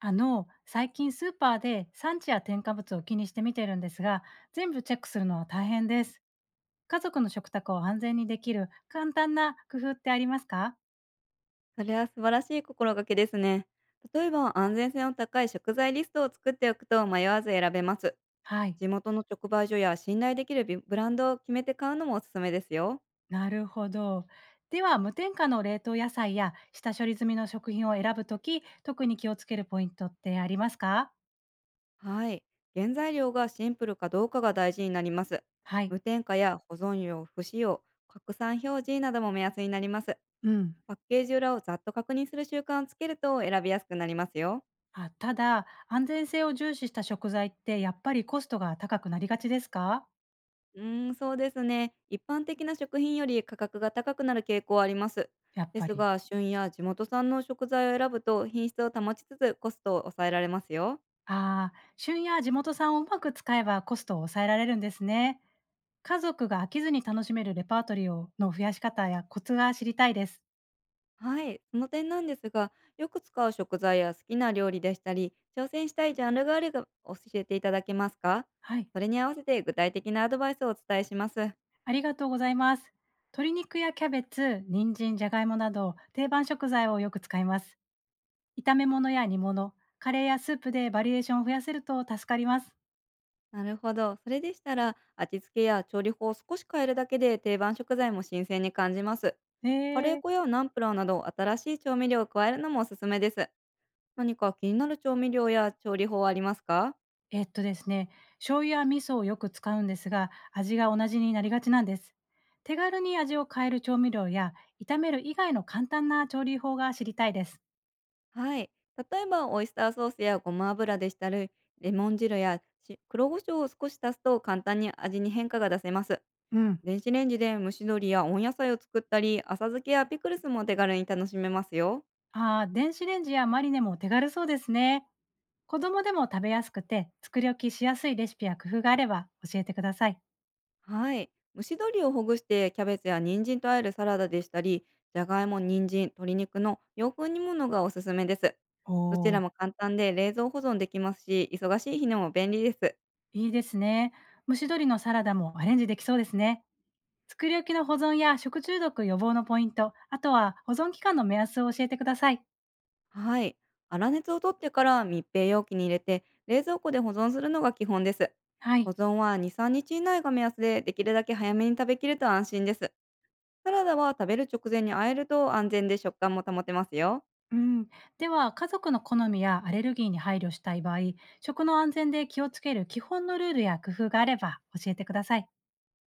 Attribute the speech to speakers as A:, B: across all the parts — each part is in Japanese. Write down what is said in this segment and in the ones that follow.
A: 最近スーパーで産地や添加物を気にして見てるんですが、全部チェックするのは大変です。家族の食卓を安全にできる簡単な工夫ってありますか？
B: それは素晴らしい心がけですね。例えば、安全性の高い食材リストを作っておくと迷わず選べます。
A: はい、
B: 地元の直売所や信頼できるビブランドを決めて買うのもおすすめですよ。
A: なるほど。では、無添加の冷凍野菜や下処理済みの食品を選ぶとき、特に気をつけるポイントってありますか？
B: はい。原材料がシンプルかどうかが大事になります。
A: はい、
B: 無添加や保存用、不使用、拡散表示なども目安になります。
A: うん。
B: パッケージ裏をざっと確認する習慣をつけると選びやすくなりますよ。
A: あただ、安全性を重視した食材ってやっぱりコストが高くなりがちですか？
B: うーん、そうですね。一般的な食品より価格が高くなる傾向はあります。
A: やっ
B: で
A: ぱ
B: す
A: り。
B: が、旬や地元産の食材を選ぶと品質を保ちつつコストを抑えられますよ。
A: ああ、旬や地元産をうまく使えばコストを抑えられるんですね。家族が飽きずに楽しめるレパートリーをの増やし方やコツが知りたいです。
B: はい、その点なんですが、よく使う食材や好きな料理でしたり、挑戦したいジャンルがあれば教えていただけますか？
A: はい、
B: それに合わせて具体的なアドバイスをお伝えします。
A: ありがとうございます。鶏肉やキャベツ、人参、じゃがいもなど定番食材をよく使います。炒め物や煮物、カレーやスープでバリエーションを増やせると助かります。
B: なるほど。それでしたら、味付けや調理法を少し変えるだけで定番食材も新鮮に感じます。
A: へ
B: カレー
A: え。
B: 粉やナンプラーなど新しい調味料を加えるのもおすすめです。何か気になる調味料や調理法はありますか？
A: えっとですね、醤油や味噌をよく使うんですが、味が同じになりがちなんです。手軽に味を変える調味料や、炒める以外の簡単な調理法が知りたいです。
B: はい。例えば、オイスターソースやごま油でしたり、レモン汁やし黒胡椒を少し足すと簡単に味に変化が出せます。
A: うん、
B: 電子レンジで蒸し鶏や温野菜を作ったり、浅漬けやピクルスも手軽に楽しめますよ。
A: ああ、電子レンジやマリネも手軽そうですね。子供でも食べやすくて、作り置きしやすいレシピや工夫があれば教えてください。
B: はい。蒸し鶏をほぐしてキャベツや人参と和えるサラダでしたり、じゃがいも、人参、鶏肉の洋風煮物がおすすめです。
A: お
B: どちら
A: ー、
B: も簡単で冷蔵保存できますし、忙しい日にも便利です。
A: いいですね。蒸し鶏のサラダもアレンジできそうですね。作り置きの保存や食中毒予防のポイント、あとは保存期間の目安を教えてください。
B: はい。粗熱を取ってから密閉容器に入れて、冷蔵庫で保存するのが基本です。
A: は
B: 保
A: い。
B: 存は2、3日以内が目安で、できるだけ早めに食べきると安心です。サラダは食べる直前に和えると安全で食感も保てますよ。
A: うん、では家族の好みやアレルギーに配慮したい場合、食の安全で気をつける基本のルールや工夫があれば教えてください。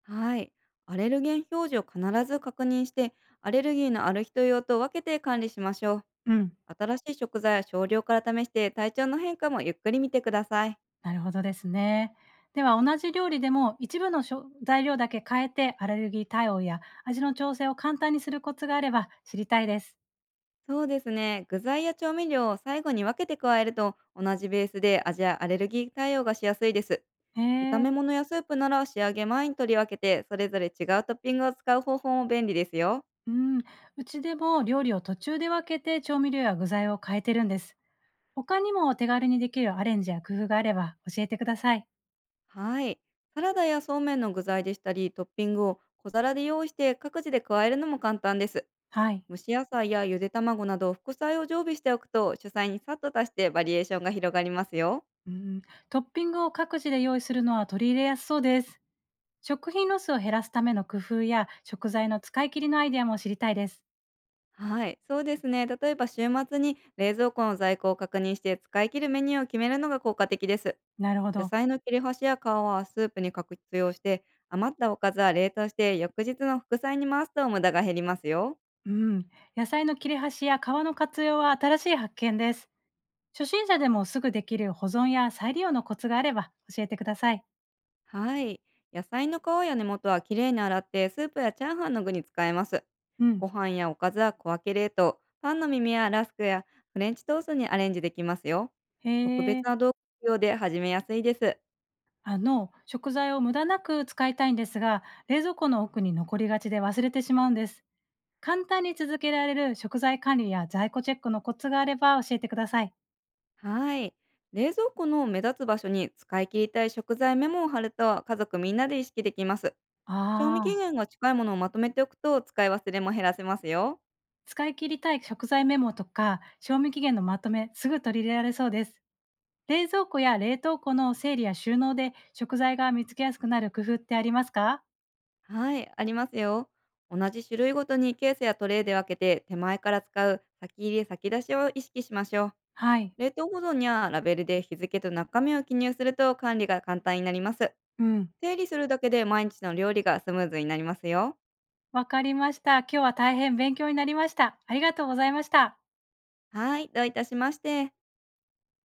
B: はい。アレルゲン表示を必ず確認して、アレルギーのある人用と分けて管理しましょう。
A: うん。
B: 新しい食材は少量から試して、体調の変化もゆっくり見てください。
A: なるほどですね。では同じ料理でも一部の食材料だけ変えてアレルギー対応や味の調整を簡単にするコツがあれば知りたいです。
B: そうですね。具材や調味料を最後に分けて加えると、同じベースで味やアレルギー対応がしやすいです。
A: へ
B: 炒
A: え。
B: め物やスープなら仕上げ前に取り分けて、それぞれ違うトッピングを使う方法も便利ですよ。
A: うん、うちでも料理を途中で分けて調味料や具材を変えてるんです。他にも手軽にできるアレンジや工夫があれば教えてください。
B: はい。サラダやそうめんの具材でしたり、トッピングを小皿で用意して各自で加えるのも簡単です。
A: はい。
B: 蒸し野菜やゆで卵など副菜を常備しておくと、主菜にさっと足してバリエーションが広がりますよ。
A: うん、トッピングを各自で用意するのは取り入れやすそうです。食品ロスを減らすための工夫や食材の使い切りのアイデアも知りたいです。
B: はい、そうですね。例えば、週末に冷蔵庫の在庫を確認して使い切るメニューを決めるのが効果的です。
A: なるほ
B: 野
A: ど。
B: 菜の切れ端や皮はスープに活用して、余ったおかずは冷凍して翌日の副菜に回すと無駄が減りますよ。
A: うん。野菜の切れ端や皮の活用は新しい発見です。初心者でもすぐできる保存や再利用のコツがあれば教えてください。
B: はい。野菜の皮や根元はきれいに洗って、スープやチャーハンの具に使えます。
A: うん。
B: ご飯やおかずは小分け冷凍、パンの耳やラスクやフレンチトーストにアレンジできますよ。
A: へ
B: 特別
A: え。
B: な道具用で始めやすいです。
A: 食材を無駄なく使いたいんですが、冷蔵庫の奥に残りがちで忘れてしまうんです。簡単に続けられる食材管理や在庫チェックのコツがあれば教えてください。
B: はい。冷蔵庫の目立つ場所に使い切りたい食材メモを貼ると、家族みんなで意識できます。賞味期
A: ああ、
B: 限が近いものをまとめておくと使い忘れも減らせますよ。
A: 使い切りたい食材メモとか、賞味期限のまとめ、すぐ取り入れられそうです。冷蔵庫や冷凍庫の整理や収納で食材が見つけやすくなる工夫ってありますか？
B: はい、ありますよ。同じ種類ごとにケースやトレイで分けて、手前から使う先入れ先出しを意識しましょう。
A: はい。
B: 冷凍保存やラベルで日付と中身を記入すると、管理が簡単になります。
A: うん。
B: 整理するだけで毎日の料理がスムーズになりますよ。
A: わかりました。今日は大変勉強になりました。ありがとうございました。
B: はい、どういたしまして。